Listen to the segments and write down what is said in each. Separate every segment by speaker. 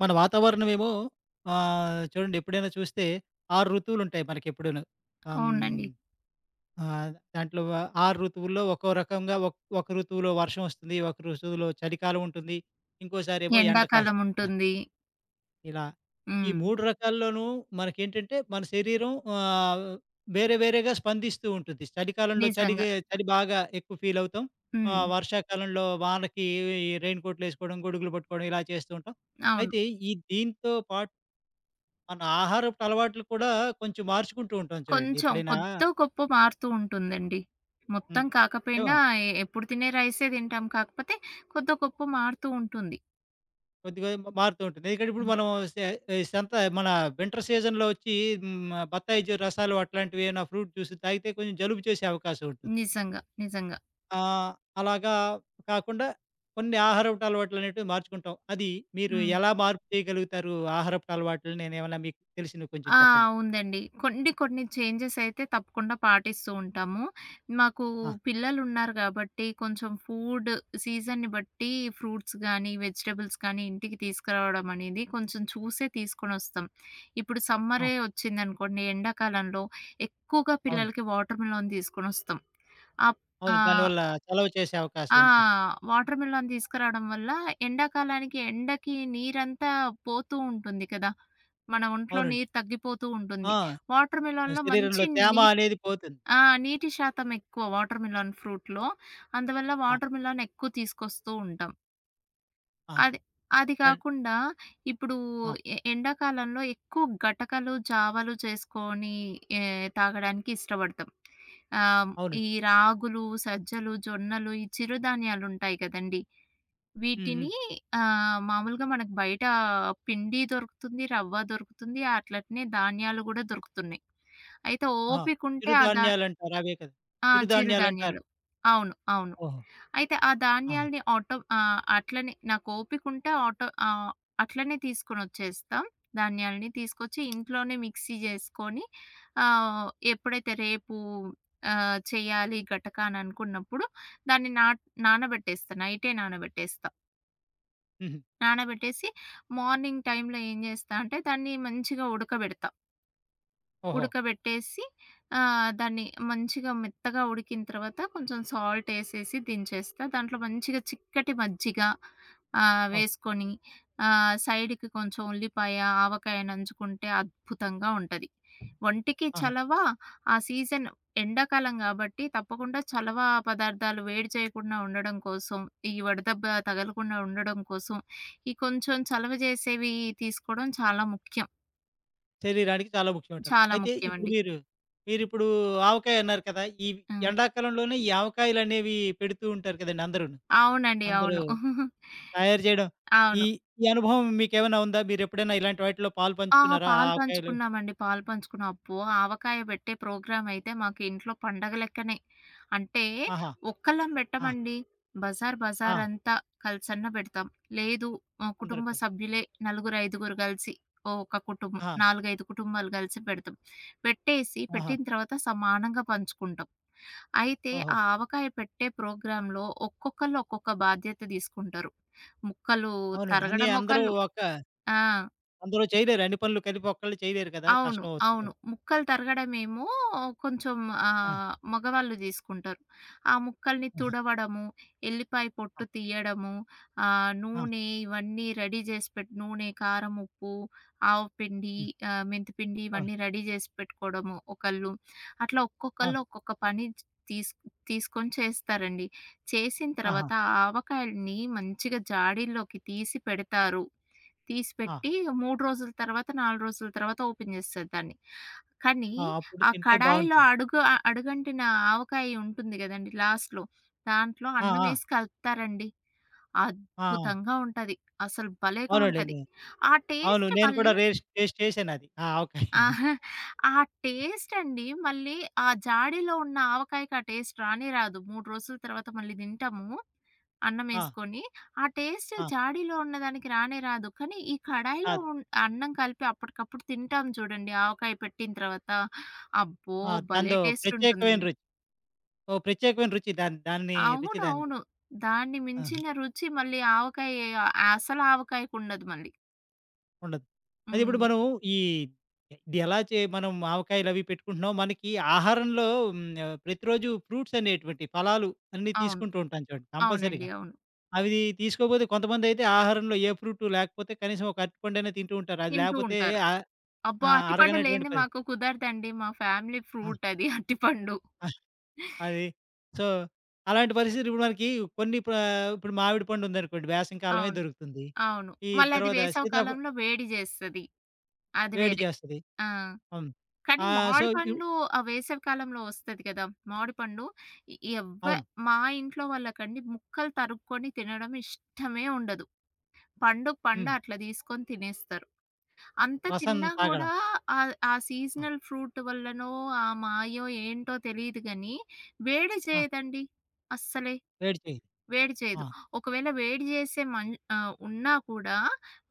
Speaker 1: మన వాతావరణమేమో చూడండి ఎప్పుడైనా చూస్తే 6 ఋతువులుంటాయి మనకెప్పుడూను. ఆహ్, హ్మ్.
Speaker 2: అవునండి.
Speaker 1: ఆహ్, దాంట్లో 6 ఋతువుల్లో ఒక్కో రకంగా ఒక ఋతువులో వర్షం వస్తుంది. ఒక ఋతువులో చలికాలం ఉంటుంది. ఇంకోసారేమో ఎండ
Speaker 2: ఎండాకాలం
Speaker 1: కాస్తుంది కదా!
Speaker 2: ఉంటుంది.
Speaker 1: ఇలా ఈ
Speaker 2: హ్మ్.
Speaker 1: 3 రకాల్లోనూ మనకేంటంటే మన శరీరం వేరే వేరేగా స్పందిస్తూ ఉంటుంది. చలికాలంలో
Speaker 2: నిజంగా.
Speaker 1: చలిగే చలి బాగా ఎక్కువ ఫీలవుతాం.
Speaker 2: హ్మ్.
Speaker 1: వర్షాకాలంలో వానకి ఈ రెయిన్ కోట్‌లేసుకోవడం, గొడుగులు పట్టుకోవడం ఇలా చేస్తూ ఉంటాం.
Speaker 2: అవును.
Speaker 1: అయితే దీంతో పాటు మన ఆహారపు అలవాట్లు కూడా కొంచెం మార్చుకుంటూ ఉంటాం చూడండి.
Speaker 2: కొంచెం
Speaker 1: ఎప్పుడైనా
Speaker 2: కొద్దో గొప్పో మారుతూ ఉంటుందండి. మొత్తం
Speaker 1: హ్మ్. ఏమో
Speaker 2: కాకపోయినా ఎప్పుడు తినే రైసే తింటాం. కాకపోతే కొద్దో గొప్పో మారుతూ ఉంటుంది.
Speaker 1: కొద్దిగా మారుతూ ఉంటుంది. ఎందుకంటే ఇప్పుడు
Speaker 2: హ్మ్.
Speaker 1: మనం సె ఈ సంత మన వింటర్ సీజన్‌లో వచ్చి హ్మ్. బత్తాయి రసాలు అట్లాంటివి ఏమైనా ఫ్రూట్ జ్యూస్ తాగితే కొంచెం జలుబు చేసే అవకాశం ఉంటుంది.
Speaker 2: నిజంగా. నిజంగా.
Speaker 1: ఆహ్, అలాగా కాకుండా కొన్ని ఆహారపు అలవాట్లనేటివి మార్చుకుంటాం. అది మీరు
Speaker 2: హ్మ్.
Speaker 1: ఎలా మార్పు చేయగలుగుతారు? ఆహారపు అలవాట్లు నేనేమన్నా మీకు తెలిసినవి కొంచెం
Speaker 2: ఆ!
Speaker 1: చెప్పండి?
Speaker 2: ఉందండి. కొన్ని కొన్ని చేంజెస్ అయితే తప్పకుండా పాటిస్తూ ఉంటాము. మాకు
Speaker 1: ఆ!
Speaker 2: పిల్లలున్నారు గాబట్టి కొంచెం ఫుడ్ సీజన్‌ని బట్టి ఫ్రూట్స్ గానీ, వెజిటబుల్స్ కానీ ఇంటికి తీసుకురావడం అనేది కొంచెం చూసే తీసుకొనొస్తాం. ఇప్పుడు
Speaker 1: ఆ!
Speaker 2: సమ్మరే వచ్చిందనుకోండి ఎండాకాలంలో ఎక్కువగా
Speaker 1: అవును.
Speaker 2: పిల్లలకి వాటర్ మిలన్ తీసుకొనొస్తాం. అప్
Speaker 1: అవును.
Speaker 2: ఆ!
Speaker 1: దానివల్ల చలవ చేసే అవకాశం
Speaker 2: ఆ!
Speaker 1: ఉంటుంది.
Speaker 2: వాటర్ మిలన్ తీసుకురావడం వల్ల ఎండాకాలానికి ఎండకి నీరంతా పోతూ ఉంటుంది కదా! మన ఒంట్లో
Speaker 1: అవునండి.
Speaker 2: నీరు తగ్గిపోతూ
Speaker 1: ఆ!
Speaker 2: ఉంటుంది. వాటర్ మిలన్‌లో
Speaker 1: శరీరంలో
Speaker 2: మంచి
Speaker 1: తేమ
Speaker 2: నీ
Speaker 1: అనేది పోతుంది.
Speaker 2: ఆ! నీటి శాతం ఎక్కువ వాటర్ మిలన్ ఫ్రూట్‌లో. అందువల్ల
Speaker 1: ఆ!
Speaker 2: వాటర్ మిలన్ ఎక్కువ తీసుకొస్తూ ఉంటాం.
Speaker 1: ఆహా!
Speaker 2: అది అది
Speaker 1: అండ్
Speaker 2: కాకుండా ఇప్పుడు
Speaker 1: ఆ!
Speaker 2: ఎండాకాలంలో ఎక్కువ గటకలు, జావలు చేసుకొని ఏ తాగడానికి ఇష్టపడతాం. ఆహ్,
Speaker 1: అవునండి.
Speaker 2: ఈ రాగులు, సజ్జలు, జొన్నలు ఈ చిరుధాన్యాలుంటాయి కదండీ!
Speaker 1: హ్మ్. హ్మ్.
Speaker 2: వీటిని మామూలుగా మనకు బయట పిండి దొరుకుతుంది, రవ్వ దొరుకుతుంది, అట్లనే ధాన్యాలు గూడా దొరుకుతున్నాయి. అయితే
Speaker 1: ఆహా!
Speaker 2: ఓపికుంటే ఆ దా
Speaker 1: చిరుధాన్యాలంటారు అవే కదా!
Speaker 2: ఆ!
Speaker 1: చిరుధాన్యాలంటారు.
Speaker 2: చిరుధాన్యాలు. అవును. అవును.
Speaker 1: ఓహో!
Speaker 2: అయితే ఆ
Speaker 1: ఆహా!
Speaker 2: ధాన్యాల్ని ఆటో ఆహ్, అట్లనే నాకు ఓపికుంటే అట్లనే తీసుకొనొచ్చేస్తాం. ధాన్యాల్ని తీసుకొచ్చి ఇంట్లోనే మిక్సీ జేసుకొని ఎప్పుడైతే రేపు చేయాలి గటకా అననుకున్నప్పుడు దాన్ని నా నానబెట్టేస్తా. నైటే నానబెట్టేస్తా.
Speaker 1: హుహు.
Speaker 2: నానబెట్టేసి మార్నింగ్ టైంలో ఏం చేస్తా అంటే దాన్ని మంచిగా ఉడకబెడతా.
Speaker 1: ఓహో!
Speaker 2: ఉడకబెట్టేసి దాన్ని మంచిగా మెత్తగా ఉడికిన తర్వాత కొంచెం సాల్ట్ ఎసేసి దించేస్తా. దాంట్లో మంచిగా చిక్కటి మజ్జిగ
Speaker 1: అవును.
Speaker 2: వేసుకొని సైడ్‌కి కొంచెం ఉల్లిపాయ, ఆవకాయ నంచుకుంటే అద్భుతంగా ఉంటది. ఒంటికి
Speaker 1: ఆహా!
Speaker 2: చలవ ఆ సీజన్ ఎండాకాలం కాబట్టి తప్పకుండా చలవ పదార్థాలు వేడి చేయకుండా ఉండడం కోసం, ఈ వడదెబ్బ తగలకుండా ఉండడం కోసం, ఈ కొంచెం చలవ చేసేవి తీసుకోవడం చాలా ముఖ్యం.
Speaker 1: శరీరానికి చాలా ముఖ్యమంటారు.
Speaker 2: చాలా
Speaker 1: అయితే ఇప్పుడు
Speaker 2: ముఖ్యమండి.
Speaker 1: మీరు మీరిప్పుడు ఆవకాయ అన్నారు కదా! ఈ
Speaker 2: ఆ!
Speaker 1: ఎండాకాలంలోనే ఈ ఆవకాయలనేవి పెడుతూ ఉంటారు కదండీ అందరూను.
Speaker 2: అవునండి.
Speaker 1: అందరూ
Speaker 2: అవును.
Speaker 1: తయారు చేయడం. ఈ
Speaker 2: అవును.
Speaker 1: ఈ అనుభవం మీకేమైనా ఉందా? మీరెప్పుడైనా ఇలాంటి వాటిలో పాలు
Speaker 2: ఆహా!
Speaker 1: పంచుకున్నారా? ఆ
Speaker 2: పాలు
Speaker 1: ఆవకాయలు
Speaker 2: పంచుకున్నామండి. పాలు పంచుకున్నాం. అబ్బో! ఆవకాయ పెట్టే ప్రోగ్రామ్ అయితే మాకు ఇంట్లో పండగ లెక్కనే. అంటే
Speaker 1: ఆహా!
Speaker 2: ఒక్కళ్ళం
Speaker 1: ఆ!
Speaker 2: పెట్టమండి. బజార్ బజార్
Speaker 1: ఆ!
Speaker 2: అంతా కలిసన్న పెడతాం. లేదు
Speaker 1: అందరూ
Speaker 2: కుటుంబ
Speaker 1: కలిసి.
Speaker 2: సభ్యులే నలుగురు, ఐదుగురు కలిసి ఒక కుటుంబం
Speaker 1: ఆహా!
Speaker 2: 4, 5 కుటుంబాలు కలిసి పెడతాం. పెట్టేసి
Speaker 1: ఆహా!
Speaker 2: పెట్టిన తర్వాత సమానంగా పంచుకుంటాం. అయితే
Speaker 1: ఓహో!
Speaker 2: ఆ ఆవకాయ పెట్టే ప్రోగ్రామ్‌లో ఒక్కొక్కళ్ళు ఒక్కొక్క బాధ్యత తీసుకుంటారు. ముక్కలు
Speaker 1: అవునండి. అన్నీ
Speaker 2: తరగడం
Speaker 1: అందరూ
Speaker 2: ఒకళ్ళు
Speaker 1: ఒక
Speaker 2: ఆ!
Speaker 1: అందరూ చేయలేరు. అన్ని పనులు కలిపి ఒక్కళ్ళు చేయలేరు కదా!
Speaker 2: అవును.
Speaker 1: కష్టం
Speaker 2: అవును.
Speaker 1: అవుతుందేమో.
Speaker 2: ముక్కలు తరగడమేమో కొంచెం
Speaker 1: ఆ!
Speaker 2: మగవాళ్ళు తీసుకుంటారు. ఆ ముక్కల్ని
Speaker 1: ఆహా!
Speaker 2: తుడవడము, ఎల్లిపాయ
Speaker 1: ఆ!
Speaker 2: పొట్టు తీయడము, ఆహ్,
Speaker 1: ఆ!
Speaker 2: నూనె ఇవన్నీ రెడీ చేసి పెట్ నూనె, కారం, ఉప్పు, ఆవు పిండి,
Speaker 1: హ్మ్.
Speaker 2: మెంతిపిండి
Speaker 1: అవును.
Speaker 2: ఇవన్నీ రెడీ చేసి పెట్టుకోవడము ఒకళ్ళు. అట్లా
Speaker 1: అవును.
Speaker 2: ఒక్కొక్కళ్ళు ఒక్కొక్క పని తీస్ తీసుకొని చేస్తారండి. చేసిన
Speaker 1: ఆహా!
Speaker 2: తర్వాత ఆ ఆవకాయలని మంచిగా జాడీల్లోకి తీసి పెడతారు. తీసి
Speaker 1: ఆ!
Speaker 2: పెట్టి 3 రోజుల తర్వాత, 4 రోజుల తర్వాత ఓపెన్ చేస్తది దాన్ని. కానీ
Speaker 1: ఆ! అప్పుడు
Speaker 2: ఆ
Speaker 1: తింటే
Speaker 2: కడాయిలో
Speaker 1: బావుంటుంది.
Speaker 2: అడుగంటిన ఆవకాయ ఉంటుంది గదండీ! లాస్ట్‌లో దాంట్లో
Speaker 1: ఆ!
Speaker 2: అన్నం
Speaker 1: ఆ!
Speaker 2: వేసి కలుపుతారండి.
Speaker 1: ఆ! ఆ!
Speaker 2: అద్భుతంగా ఉంటది. అసలు భలేగా
Speaker 1: అవునండి.
Speaker 2: ఉంటది.
Speaker 1: నే
Speaker 2: ఆ
Speaker 1: అవును.
Speaker 2: టేస్ట్
Speaker 1: నేను కూడా
Speaker 2: మళ్ళీ
Speaker 1: రేస్ టేస్ట్ చేశానది. ఆ ఆవకాయ.
Speaker 2: ఆహా! ఆ టేస్టండి మళ్ళీ ఆ జాడీలో ఉన్న ఆవకాయకి ఆ టేస్ట్ రానే రాదు. 3 రోజుల తర్వాత మళ్ళీ తింటాము
Speaker 1: ఆ!
Speaker 2: అన్నమేసుకొని. ఆ టేస్ట్
Speaker 1: ఆ!
Speaker 2: జాడీలో ఉన్నదానికి రానే రాదు. కానీ ఈ కడాయిలో
Speaker 1: కాదు.
Speaker 2: అన్నం కలిపి అప్పటికప్పుడు తింటాం చూడండి ఆవకాయ పెట్టిన తర్వాత. అబ్బో!
Speaker 1: ఆ!
Speaker 2: భలే
Speaker 1: దానిదో ప్రత్యేకమైన
Speaker 2: టేస్టుంటుందండి.
Speaker 1: రుచి. ఓ ప్రత్యేకమైన రుచి దాన్ని రుచి
Speaker 2: అవును.
Speaker 1: దానిది.
Speaker 2: అవును. దాన్ని
Speaker 1: ఆ!
Speaker 2: మించిన రుచి మళ్ళీ ఆవకాయ అసలు ఆవకాయకుండదు మళ్ళీ.
Speaker 1: ఉండదు. అది ఇప్పుడు
Speaker 2: హ్మ్.
Speaker 1: మనం ఈ ఇది ఎలా చే మనం ఆవకాయలవి పెట్టుకుంటున్నాం. మనకి ఆహారంలో హ్మ్. ప్రతిరోజు ఫ్రూట్స్ అనేటువంటి ఫలాలు అన్నీ
Speaker 2: అవును.
Speaker 1: తీసుకుంటూ ఉంటాం చూడండి
Speaker 2: అవునండి.
Speaker 1: కంపల్సరీగా.
Speaker 2: అవును.
Speaker 1: అవి తీసుకోపోతే కొంతమందైతే ఆహారంలో ఏ ఫ్రూట్ లేకపోతే కనీసం ఒక అరటిపండైనా తింటూ ఉంటారు. అది
Speaker 2: తింటూ
Speaker 1: లేకపోతే
Speaker 2: ఉంటారు.
Speaker 1: ఆ!
Speaker 2: అబ్బా!
Speaker 1: ఆ!
Speaker 2: అరటిపండు
Speaker 1: అరగనటువంటి
Speaker 2: లేనిది
Speaker 1: పరిస్థితి.
Speaker 2: మాకు కుదరదండి. మా ఫ్యామిలీ
Speaker 1: ఆ!
Speaker 2: ఫ్రూట్ అది అరటిపండు.
Speaker 1: ఆ! అది. సో, అలాంటి పరిస్థితులు ఇప్పుడు మనకి కొన్ని ప ఇప్పుడు మామిడి పండు ఉందనుకోండి వేసవి కాలమే
Speaker 2: అవును.
Speaker 1: దొరుకుతుంది.
Speaker 2: అవును.
Speaker 1: ఈ
Speaker 2: మళ్ళది
Speaker 1: తర్వాత
Speaker 2: వేసవి
Speaker 1: సీతాఫ
Speaker 2: కాలంలో వేడి జేస్తది. అది
Speaker 1: వేడి
Speaker 2: వేరే.
Speaker 1: చేస్తది.
Speaker 2: ఆ!
Speaker 1: అవును.
Speaker 2: కానీ
Speaker 1: సో,
Speaker 2: మామిడి
Speaker 1: ఇవ్
Speaker 2: పండ్లు ఆ వేసవి కాలంలో వస్తది గదా! మామిడి పండు ఎ ఎవ్వ
Speaker 1: అవును.
Speaker 2: మా ఇంట్లో వాళ్ళకండి ముక్కలు తరుక్కొని తినడం ఇష్టమే ఉండదు. పండు పండు
Speaker 1: హ్మ్.
Speaker 2: అట్లా తీసుకొని తినేస్తారు. అంత
Speaker 1: రసం
Speaker 2: తిన్నా
Speaker 1: తాగడం.
Speaker 2: గూడా ఆ
Speaker 1: ఆ!
Speaker 2: సీజనల్ ఫ్రూట్ వల్లనో, ఆ మాయో ఏంటో తెలీదు గానీ వేడి
Speaker 1: ఆ!
Speaker 2: చేయదండి అస్సలే.
Speaker 1: వేడి చేయి.
Speaker 2: వేడి
Speaker 1: ఆ!
Speaker 2: చేయదు. ఒకవేళ వేడి చేసే మన్ ఆహ్, ఉన్నా కూడా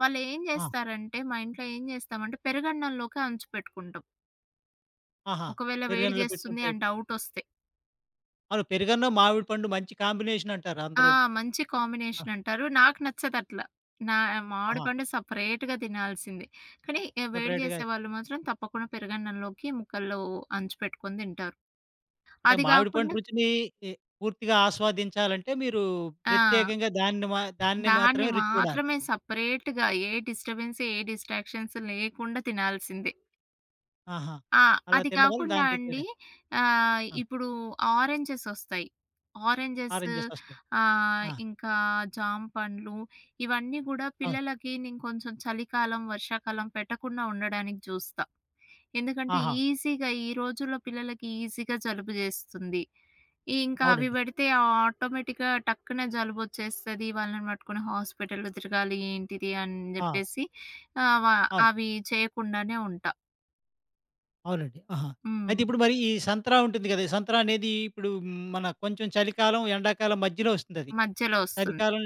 Speaker 1: ఆ!
Speaker 2: మా ఇంట్లో ఏం చేస్తామంటే పెరుగన్నంలోకి అంచు పెట్టుకుంటాం.
Speaker 1: ఆహా!
Speaker 2: ఒకవేళ వేడి
Speaker 1: పెరుగన్నంలో
Speaker 2: చేస్తుంది
Speaker 1: పెట్టుకుంటే
Speaker 2: అని డౌటొస్తే.
Speaker 1: అవును. పెరుగన్నం, మామిడి పండు మంచి కాంబినేషన్ అంటారు
Speaker 2: ఆ!
Speaker 1: అందరూను.
Speaker 2: మంచి
Speaker 1: ఆ!
Speaker 2: కాంబినేషన్ అంటారు. నాకు నచ్చదట్లా. నా మామిడి
Speaker 1: ఆహా!
Speaker 2: పండు సెపరేట్‌గా తినాల్సిందే. కానీ వేడి
Speaker 1: సెపరేట్‌గా
Speaker 2: చేసేవాళ్ళు మాత్రం తప్పకుండా పెరుగన్నంలోకి ముక్కల్లో అంచు పెట్టుకొని తింటారు.
Speaker 1: అంటే
Speaker 2: అది
Speaker 1: మామిడి పండు
Speaker 2: కాకుండా
Speaker 1: రుచిని ఎ పూర్తిగా ఆస్వాదించాలంటే మీరు
Speaker 2: ఆ!
Speaker 1: ప్రత్యేకంగా దాన్ని దాన్ని
Speaker 2: దాన్ని
Speaker 1: మాత్రమే రుచి చూడాలి.
Speaker 2: మాత్రమే సెపరేట్‌గా ఏ డిస్టర్బెన్స్, ఏ డిస్ట్రాక్షన్స్ లేకుండా తినాల్సిందే.
Speaker 1: ఆహా!
Speaker 2: ఆ!
Speaker 1: అలా
Speaker 2: అది
Speaker 1: తినడం వల్ల
Speaker 2: కాకుండా
Speaker 1: దాని రుచి
Speaker 2: అండి
Speaker 1: అనేది ఆ!
Speaker 2: ఇప్పుడు ఆరెంజెస్ ఒస్తాయి. ఆరెంజెస్
Speaker 1: ఆరెంజెస్ వస్తాయి. ఆ!
Speaker 2: ఇంకా జామ పండ్లు ఇవన్నీ గూడా
Speaker 1: అవును.
Speaker 2: పిల్లలకి నేను కొంచెం చలికాలం, వర్షాకాలం పెట్టకుండా ఉండడానికి జూస్తా. ఎందుకంటే
Speaker 1: ఆహా!
Speaker 2: ఈజీగా ఈ రోజుల్లో పిల్లలకి ఈజీగా జలుబు జేస్తుంది. ఇంకా అవి
Speaker 1: అవునండి.
Speaker 2: బెడితే ఆటోమేటిక్‌గా టక్కున జలుబొచ్చేస్తది. వాళ్ళని పట్టుకొని హాస్పిటల్‌లో తిరగాలి ఏంటిది అని
Speaker 1: ఆ!
Speaker 2: జెప్పేసి ఆహ్, వ
Speaker 1: అవును.
Speaker 2: అవి చేయకుండానే ఉంటా.
Speaker 1: అవునండి. ఆహా! అయితే
Speaker 2: హ్మ్.
Speaker 1: ఇప్పుడు మరి ఈ సంత్రా ఉంటుంది కదా! ఈ సంత్రా అనేది ఇప్పుడు మన కొంచెం చలికాలం, ఎండాకాలం మధ్యలో వస్తుందది.
Speaker 2: మధ్యలో ఒస్తుంది.
Speaker 1: చలికాలం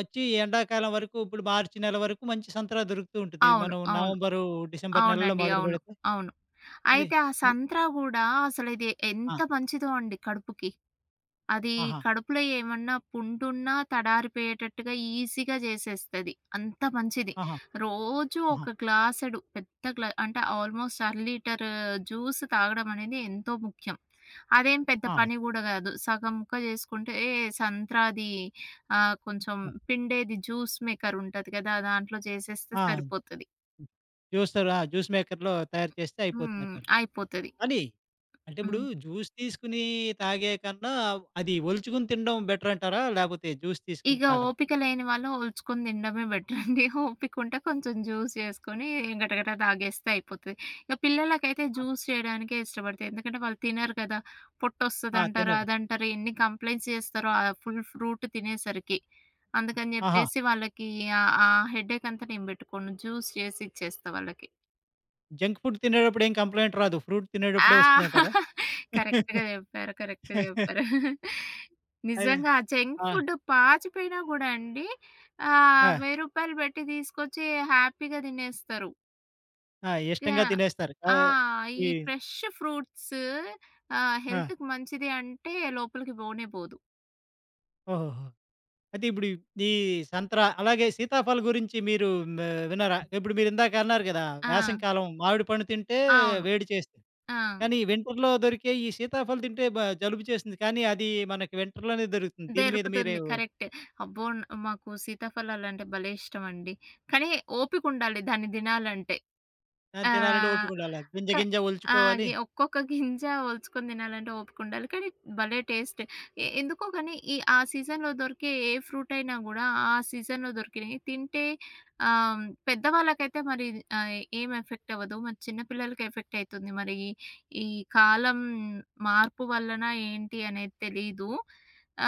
Speaker 1: వచ్చి ఎండాకాలం వరకు ఇప్పుడు మార్చి నెల వరకు మంచి సంతర దొరుకుతూ ఉంటుంది.
Speaker 2: అవును.
Speaker 1: మనం
Speaker 2: అవును.
Speaker 1: నవంబరు, డిసెంబర్ నెలలో
Speaker 2: అవునండి.
Speaker 1: మొదలు
Speaker 2: అవును.
Speaker 1: పెడితే
Speaker 2: అవును.
Speaker 1: ఇది
Speaker 2: అయితే ఆ
Speaker 1: హ్మ్.
Speaker 2: సంత్రా గూడా అసలిది
Speaker 1: ఆ!
Speaker 2: ఎంత మంచిదో అండి కడుపుకి. అది
Speaker 1: ఆహా!
Speaker 2: కడుపులో ఏమన్నా పుండున్నా తడారిపోయేటట్టుగా ఈజీగా జేసేస్తది. అంత మంచిది.
Speaker 1: ఆహా!
Speaker 2: రోజు
Speaker 1: ఆహా!
Speaker 2: ఒక గ్లాసుడు పెద్ద అంటే ఆల్మోస్ట్ అర లీటర్ జ్యూస్ తాగడం అనేది ఎంతో ముఖ్యం. అదేం పెద్ద
Speaker 1: ఆ!
Speaker 2: పని గూడా గాదు. సగం ముక్క జేసుకుంటే సంత్రాది కొంచెం
Speaker 1: హ్మ్.
Speaker 2: పిండేది జ్యూస్ మేకర్ ఉంటది గదా! దాంట్లో జేసేస్తే
Speaker 1: ఆ!
Speaker 2: సరిపోతది.
Speaker 1: హ్మ్. జ్యూసర్ ఆ! జ్యూస్ మేకర్‌లో తయారు చేస్తే
Speaker 2: హ్మ్.
Speaker 1: అయిపోతుందంటారు.
Speaker 2: అయిపోతది.
Speaker 1: కానీ అంటే ఇప్పుడు
Speaker 2: హ్మ్.
Speaker 1: జ్యూస్ తీసుకొని తాగే కన్నా అది ఒలుచుకొని తినడం బెటర్ అంటారా? లేకపోతే జ్యూస్ తీసుకొని
Speaker 2: ఇగ
Speaker 1: తాగడం?
Speaker 2: ఓపిక లేని వాళ్ళు ఒలుచుకొని తినడమే బెటరండి. ఓపిక ఉంటే కొంచెం జ్యూస్ చేసుకొని గటగట తాగేస్తే అయిపోతది. ఇక పిల్లలకైతే
Speaker 1: ఆ!
Speaker 2: జ్యూస్ చేయడానికే ఇష్టపడతాయి. ఎందుకంటే వాళ్ళు తినరు కదా!
Speaker 1: ఆ!
Speaker 2: పొట్టొస్తదంటారు,
Speaker 1: తినరు.
Speaker 2: అదంటారు ఎన్ని కంప్లెయింట్స్ చేస్తారో ఆ ఫుల్ ఫ్రూట్ తినేసరికి. అందుకని
Speaker 1: ఆహా!
Speaker 2: జెప్పేసి వాళ్ళకి ఆ ఆ హెడేక్ అంతా నేను బెట్టుకోను. జ్యూస్ చేసి ఇచ్చేస్తా వాళ్ళకి.
Speaker 1: జంక్ ఫుడ్ తినేటప్పుడు ఏం కంప్లెయింట్ రాదు. ఫ్రూట్
Speaker 2: ఆ!
Speaker 1: తినేటప్పుడే వస్తుందంటారా?
Speaker 2: కరెక్ట్‌గా చెప్పారు. కరెక్ట్‌గా చెప్పారు.
Speaker 1: అదే.
Speaker 2: నిజంగా ఆ జంక్
Speaker 1: ఆ!
Speaker 2: ఫుడ్ పాచిపోయినా కూడా అండి
Speaker 1: ఆ!
Speaker 2: ఆహ్, రూ. 1000 పెట్టి తీసుకొచ్చి హ్యాపీగా తినేస్తారు.
Speaker 1: ఆ! ఇష్టంగా
Speaker 2: యాహ్!
Speaker 1: తినేస్తారు.
Speaker 2: ఆ! ఈ
Speaker 1: ఈ
Speaker 2: ఫ్రెష్ ఫ్రూట్స్
Speaker 1: ఆ!
Speaker 2: హెల్త్‌కి మంచిది అంటే లోపలికి పోనే పోదు.
Speaker 1: ఓహోహో! అయితే ఇప్పుడు ఈ సంత్రా అలాగే సీతాఫలం గురించి మీరు మ విన్నారా? ఇప్పుడు మీరిందాక అన్నారు కదా!
Speaker 2: ఆ!
Speaker 1: వేసవికాలం మామిడి పండు తింటే
Speaker 2: అవును.
Speaker 1: వేడి చేస్తుంది.
Speaker 2: ఆ!
Speaker 1: కానీ వింటర్‌లో దొరికే ఈ సీతాఫలం తింటే జలుబు చేస్తుంది. కానీ అది మనకి వింటర్‌లోనే దొరుకుతుంది. దీని మీద మీరు
Speaker 2: దొరుకుతుంది. కరెక్ట్. అబ్బో! మాకు సీతాఫలాలంటే భలే ఇష్టమండి. కానీ ఓపికుండాలి దాన్ని తినాలంటే.
Speaker 1: దాన్ని
Speaker 2: ఆ!
Speaker 1: తినాలంటే ఓపికుండాలి. గింజ
Speaker 2: క
Speaker 1: గింజ
Speaker 2: ఆ!
Speaker 1: ఒలుచుకోవాలి.
Speaker 2: ఒక్కొక్క గింజ ఒలుచుకొని తినాలంటే ఓపికుండాలి. కానీ భలే టేస్ట్. ఎందుకో గాని ఈ ఆ సీజన్‌లో దొరికే ఏ ఫ్రూట్ అయినా గూడా ఆ సీజన్‌లో దొరికినయి తింటే పెద్దవాళ్ళకైతే మరి ఆహ్, ఏం ఎఫెక్ట్ అవ్వదు. మరి చిన్న పిల్లలకి ఎఫెక్ట్ అయితుంది. మరి ఈ కాలం మార్పు వల్లనా ఏంటి అనేది తెలీదు.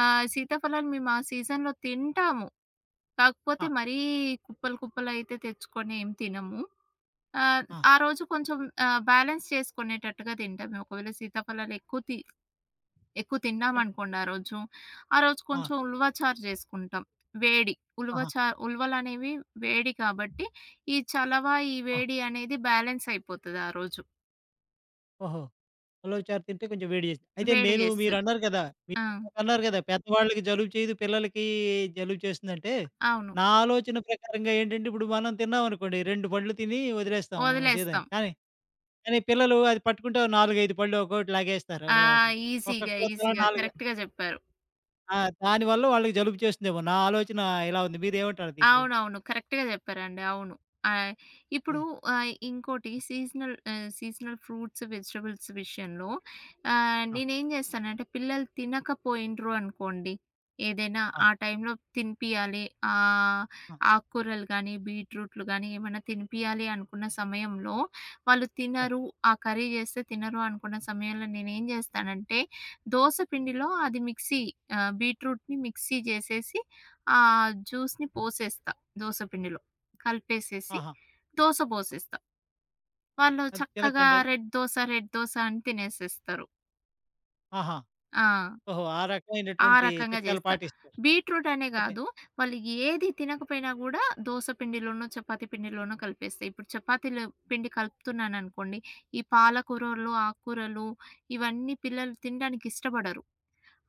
Speaker 2: సీతాఫలాలు మేము ఆ సీజన్‌లో తింటాము.
Speaker 1: ఆ!
Speaker 2: కాకపోతే మరీ కుప్పలు కుప్పలయితే తెచ్చుకొని ఏం తినము. ఆహ్,
Speaker 1: ఆ!
Speaker 2: ఆ రోజు కొంచెం బ్యాలెన్స్ చేసుకునేటట్టుగా తింటాం. ఒకవేళ సీతాఫలాలు ఎక్కువ
Speaker 1: అంటే
Speaker 2: తిన్నామనుకోండి ఆ రోజు, ఆ రోజు
Speaker 1: ఆ!
Speaker 2: కొంచెం ఉలువ చారు చేసుకుంటాం. వేడి
Speaker 1: ఆహా!
Speaker 2: ఉలువలనేవి వేడి కాబట్టి, ఈ చలవ, ఈ
Speaker 1: ఆ!
Speaker 2: వేడి అనేది బ్యాలెన్స్ అయిపోతది ఆ రోజు.
Speaker 1: ఓహో! ఉలవచారు చారు తింటే కొంచెం వేడి చేసింది. అయితే
Speaker 2: వేడి
Speaker 1: నేను
Speaker 2: చేస్తది.
Speaker 1: మీరన్నారు కదా!
Speaker 2: ఆ!
Speaker 1: మీరన్నారు కదా! పెద్దవాళ్ళకి జలుబు చేయదు, పిల్లలకి జలుబు చేస్తుందంటే,
Speaker 2: అవును.
Speaker 1: నా ఆలోచన ప్రకారంగా ఏంటంటే, ఇప్పుడు మనం తిన్నామనుకోండి 2 పళ్ళు తిని వదిలేస్తాం సీదా.
Speaker 2: వదిలేస్తాం.
Speaker 1: కానీ, కానీ పిల్లలు అది పట్టుకుంటే ఓ 4, 5 పళ్ళు ఒక్కోటి లాగేస్తారు.
Speaker 2: ఆ! ఈజీగా,
Speaker 1: ఒక్కొక్కళ్ళు తలా
Speaker 2: ఈజీగా
Speaker 1: 4
Speaker 2: కరెక్ట్‌గా చెప్పారు.
Speaker 1: ఆ! దానివల్ల వాళ్ళకి జలుబు చేస్తుందేమో నా ఆలోచన ఇలా ఉంది. మీరేమంటారు దీన్ని?
Speaker 2: అవునవును. కరెక్ట్‌గా జెప్పారండి. అవును. ఆహ్,
Speaker 1: నే
Speaker 2: ఇప్పుడు ఆహ్, ఇంకోటి సీజనల్ ఆహ్, సీజనల్ ఫ్రూట్స్, వెజిటబుల్స్ విషయంలో
Speaker 1: ఆ!
Speaker 2: నేనేం జేస్తానంటే పిల్లలు తినకపోయిండ్రు అనుకోండి, ఏదైనా
Speaker 1: ఆ!
Speaker 2: ఆ టైంలో తినిపియాలి. ఆహ్,
Speaker 1: ఆ!
Speaker 2: ఆకుకూరలు గానీ, బీట్రూట్లు గానీ ఏమన్నా తినిపియాలి అనుకున్న సమయంలో వాళ్ళు
Speaker 1: పోనీ.
Speaker 2: తినరు, ఆ కర్రీ జేస్తే తినరు అనుకున్న సమయంలో నేనేం జేస్తానంటే దోస పిండిలో అది మిక్సీ ఆహ్, బీట్రూట్‌ని మిక్సీ జేసేసి ఆ జ్యూస్‌ని పోసేస్తా దోస పిండిలో. కలిపేసేసి
Speaker 1: ఆహా!
Speaker 2: దోస
Speaker 1: ఆ,
Speaker 2: పోసేస్తా. వాళ్ళు
Speaker 1: అది
Speaker 2: చక్కగా
Speaker 1: తినొచ్చండి అది?
Speaker 2: రెడ్ దోస, రెడ్ దోస అని తినేసేస్తారు.
Speaker 1: ఆహా!
Speaker 2: ఆ!
Speaker 1: ఓహో! ఆ
Speaker 2: ఆ
Speaker 1: రకమైనటువంటి
Speaker 2: రకంగా
Speaker 1: చిట్కాలు
Speaker 2: జేస్తా.
Speaker 1: పాటిస్తారు.
Speaker 2: బీట్రూట్ అనే గాదు. వాళ్ళు ఏది తినకపోయినా గూడా దోస పిండిలోనో, చపాతీ పిండిలోనో కలిపేస్తా. ఇప్పుడు చపాతీలు పిండి కలుపుతున్నాననుకోండి, ఈ పాలకూరలు, ఆకుకూరలు ఇవన్నీ పిల్లలు తినడానికి ఇష్టపడరు.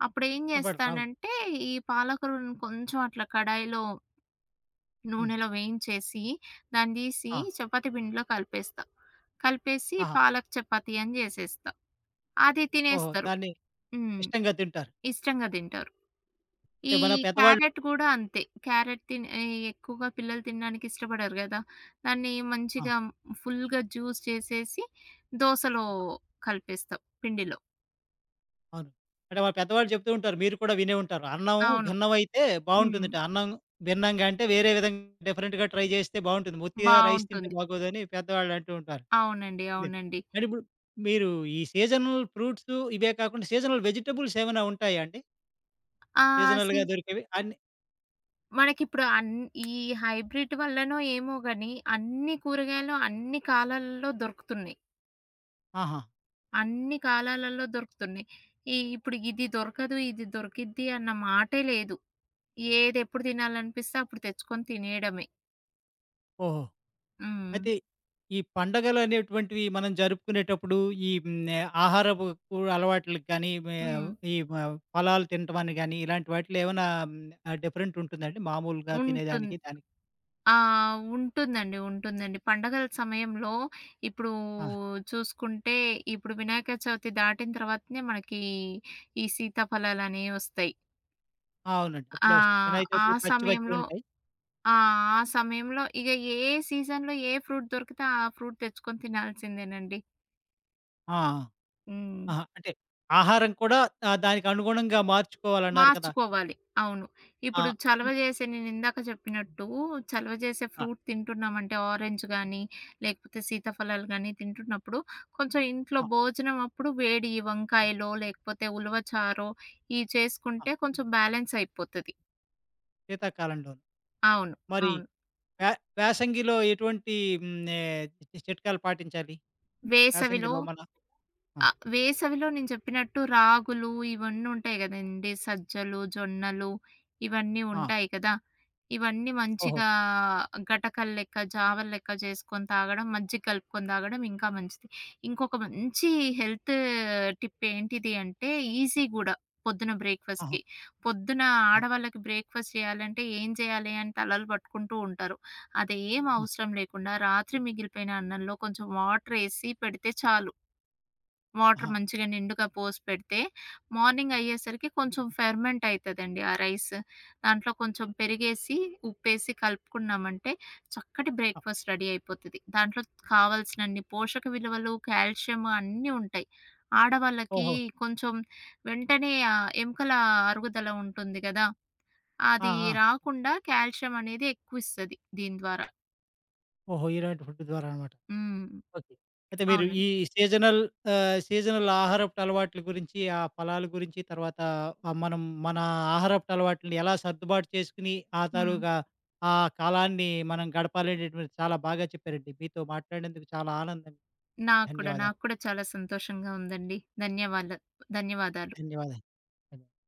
Speaker 2: అప్పుడేం
Speaker 1: అదే.
Speaker 2: జేస్తానంటే, ఈ పాలకూరను కొంచెం అట్లా కడాయిలో
Speaker 1: హ్మ్.
Speaker 2: నూనెలో వేయించేసి, దాన్ని తీసి
Speaker 1: ఆ!
Speaker 2: చపాతీ పిండిలో కలిపేస్తా. కలిపేసి
Speaker 1: ఆహా!
Speaker 2: పాలక్ చపాతీ అని జేసేస్తా. అది
Speaker 1: ఓహో!
Speaker 2: తినేస్తారు.
Speaker 1: దాన్ని
Speaker 2: హ్మ్.
Speaker 1: ఇష్టంగా తింటారు.
Speaker 2: ఇష్టంగా తింటారు.
Speaker 1: అంటే
Speaker 2: ఈ
Speaker 1: మన పెద్దవాళ్ళు
Speaker 2: క్యారట్ గూడా అంతే. క్యారట్ తిన్ ఈ ఎక్కువగా పిల్లలు తినడానికి ఇష్టపడరు గదా! దాన్ని
Speaker 1: ఆ!
Speaker 2: మంచిగా ఫుల్‌గా జ్యూస్ చేసేసి దోసలో కలిపేస్తాం పిండిలో.
Speaker 1: అవును. అంటే మన పెద్దవాళ్ళు చెప్తూ ఉంటారు. మీరు కూడా వినే ఉంటారు. అన్నం
Speaker 2: అవును.
Speaker 1: భిన్నమైతే
Speaker 2: హ్మ్.
Speaker 1: బావుంటుందట. అన్నం భిన్నంగా అంటే వేరే విధంగా డిఫరెంట్‌గా ట్రై చేస్తే బావుంటుంది. ఉత్తిగా రైస్ తింటే
Speaker 2: బావుంటుంది.
Speaker 1: బాగోదని పెద్దవాళ్ళు అంటూ ఉంటారు.
Speaker 2: అవునండి.
Speaker 1: ఇదే.
Speaker 2: అవునండి.
Speaker 1: మరి ఇప్పుడు మీరు ఈ సీజనల్ ఫ్రూట్స్ ఇవే కాకుండా సీజనల్ వెజిటబుల్స్ ఏమైనా ఉంటాయా అండి?
Speaker 2: ఆ! సి
Speaker 1: సీజనల్‌గా దొరికేవి అన్ని
Speaker 2: మనకిప్పుడు అన్ ఈ హైబ్రిడ్ వల్లనో ఏమో గాని, అన్ని
Speaker 1: ఆ!
Speaker 2: కూరగాయలు అన్ని కాలాలలో దొరుకుతున్నాయి.
Speaker 1: ఆహా!
Speaker 2: అన్ని కాలాలలో దొరుకుతున్నాయి. ఇప్పుడు ఇది దొరకదు, ఇది దొరికిద్ది అన్న మాటే లేదు. ఏదెప్పుడు తినాలనిపిస్తే అప్పుడు తెచ్చుకొని తినేయడమే.
Speaker 1: ఓహో!
Speaker 2: హ్మ్.
Speaker 1: అయితే ఈ పండగలు అనేటువంటివి మనం జరుపుకునేటప్పుడు ఈ మ్, ఆహారపు కూడా అలవాట్లకు కానీ మే-
Speaker 2: హ్మ్.
Speaker 1: ఈ మ, ఫలాలు తినటానికి కానీ ఇలాంటి వాటిలో ఏమైనా డిఫరెంట్ ఉంటుందండి మామూలుగా
Speaker 2: ఉంటుం
Speaker 1: తినేదానికి దానికి
Speaker 2: ఆ! ఉంటుందండి. ఉంటుందండి. పండగల సమయంలో ఇప్పుడు
Speaker 1: ఆ,
Speaker 2: చూసుకుంటే, ఇప్పుడు వినాయక చవితి దాటిన తర్వాతనే మనకి ఈ సీతాఫలాలనేవి వస్తాయి.
Speaker 1: ఆ, అవునండి
Speaker 2: ఆ!
Speaker 1: అప్పుడే వస్తాయి వినాయక
Speaker 2: ఆ
Speaker 1: చవితికి పచ్చి పచ్చి
Speaker 2: సమయంలో
Speaker 1: ఉంటాయి
Speaker 2: ఆ! ఆ సమయంలో ఇగ ఏ సీజన్‌లో ఏ ఫ్రూట్ దొరికితే ఆ ఫ్రూట్ తెచ్చుకొని తినాల్సిందేనండి.
Speaker 1: ఆ,
Speaker 2: హ్మ్.
Speaker 1: ఆహా, అంటే ఆహారం కూడా ఆ, దానికి అనుగుణంగా మార్చుకోవాలన్నారు కదా
Speaker 2: మార్చుకోవాలి. అవును.
Speaker 1: ఆ,
Speaker 2: ఇప్పుడు చలవ చేసే నేనిందాక చెప్పినట్టు చలవ చేసే
Speaker 1: ఆ,
Speaker 2: ఫ్రూట్ తింటున్నామంటే ఆరెంజ్ గానీ, లేకపోతే సీతాఫలాలు గానీ తింటున్నప్పుడు కొంచెం ఇంట్లో
Speaker 1: ఆ,
Speaker 2: భోజనం అప్పుడు వేడి ఈ వంకాయలో, లేకపోతే ఉలవ చారో ఇయి
Speaker 1: ఆ,
Speaker 2: చేసుకుంటే కొంచెం బ్యాలెన్స్ అయిపోతది.
Speaker 1: శీతాకాలంలో
Speaker 2: అవును.
Speaker 1: మరి
Speaker 2: అవును.
Speaker 1: వే- వేసంగిలో ఎటువంటి మ్, ఏ, చిట్కాలు పాటించాలి
Speaker 2: వేసవిలో
Speaker 1: వేసంగిలో మన ఆ,
Speaker 2: ఆ! వేసవిలో నేను చెప్పినట్టు రాగులు ఇవన్నీ ఉంటాయి గదండీ! సజ్జలు, జొన్నలు ఇవన్నీ
Speaker 1: ఆ,
Speaker 2: ఉంటాయి కదా! ఇవన్నీ
Speaker 1: ఓహో
Speaker 2: మంచిగా గటకలు లెక్క, జావలు లెక్క చేసుకొని తాగడం, మజ్జిగ కలుపుకొని తాగడం ఇంకా మంచిది. ఇంకొక మంచి హెల్త్ టిప్ ఏంటిది అంటే ఈజీ గూడా పొద్దున
Speaker 1: ఆహా!
Speaker 2: బ్రేక్‌ఫాస్ట్‌కి. పొద్దున
Speaker 1: ఆ!
Speaker 2: ఆడవాళ్ళకి బ్రేక్‌ఫాస్ట్ చేయాలంటే ఏం చేయాలి అని తలలు పట్టుకుంటూ ఉంటారు. అదేం
Speaker 1: హ్మ్.
Speaker 2: అవసరం లేకుండా రాత్రి మిగిలిపోయిన అన్నంలో కొంచెం వాటర్ ఏసి పెడితే చాలు. వాటర్
Speaker 1: ఆహా!
Speaker 2: మంచిగా నిండుగా పోసి పెడితే, మార్నింగ్ అయ్యేసరికి కొంచెం ఫెర్మెంట్ అయితదండి ఆ రైస్. దాంట్లో కొంచెం పెరిగేసి, ఉప్పేసి కలుపుకున్నామంటే చక్కటి
Speaker 1: ఆ!
Speaker 2: బ్రేక్‌ఫాస్ట్ రెడీ అయిపోతది. దాంట్లో కావాల్సినన్ని పోషక విలువలు, కాల్షియం అన్నీ ఉంటాయి. ఆడవాళ్ళకి
Speaker 1: ఓహో!
Speaker 2: కొంచెం వెంటనే ఎముకల అరుగుదల ఉంటుంది గదా!
Speaker 1: ఆ!
Speaker 2: అది
Speaker 1: ఆ!
Speaker 2: రాకుండా కాల్షియం అనేది ఎక్కువిస్తది దీని ద్వారా.
Speaker 1: ఓహో! ఇలాంటి ఫుడ్ ద్వారా అన్నమాట.
Speaker 2: హ్మ్.
Speaker 1: ఓకే. అయితే మీరు ఈ
Speaker 2: అవునండి.
Speaker 1: సీజనల్ సీజనల్ ఆహారపు అలవాట్ల గురించి, ఆ ఫలాల గురించి, తర్వాత మనం మన ఆహారపు అలవాట్లని ఎలా సర్దుబాటు చేసుకొని, ఆ
Speaker 2: హ్మ్.
Speaker 1: తాలూకా ఆ కాలాన్ని మనం గడపాలనేటువంటిది చాలా బాగా చెప్పారండి. మీతో మాట్లాడినందుకు చాలా ఆనందం.
Speaker 2: నాకు కూడా.
Speaker 1: ధన్యవాదాలు.
Speaker 2: నాకు కూడా చాలా సంతోషంగా ఉందండి. ధన్యవాల ధన్యవాదాలు.
Speaker 1: ధన్యవాదాలు. ధన్యవాదాలు.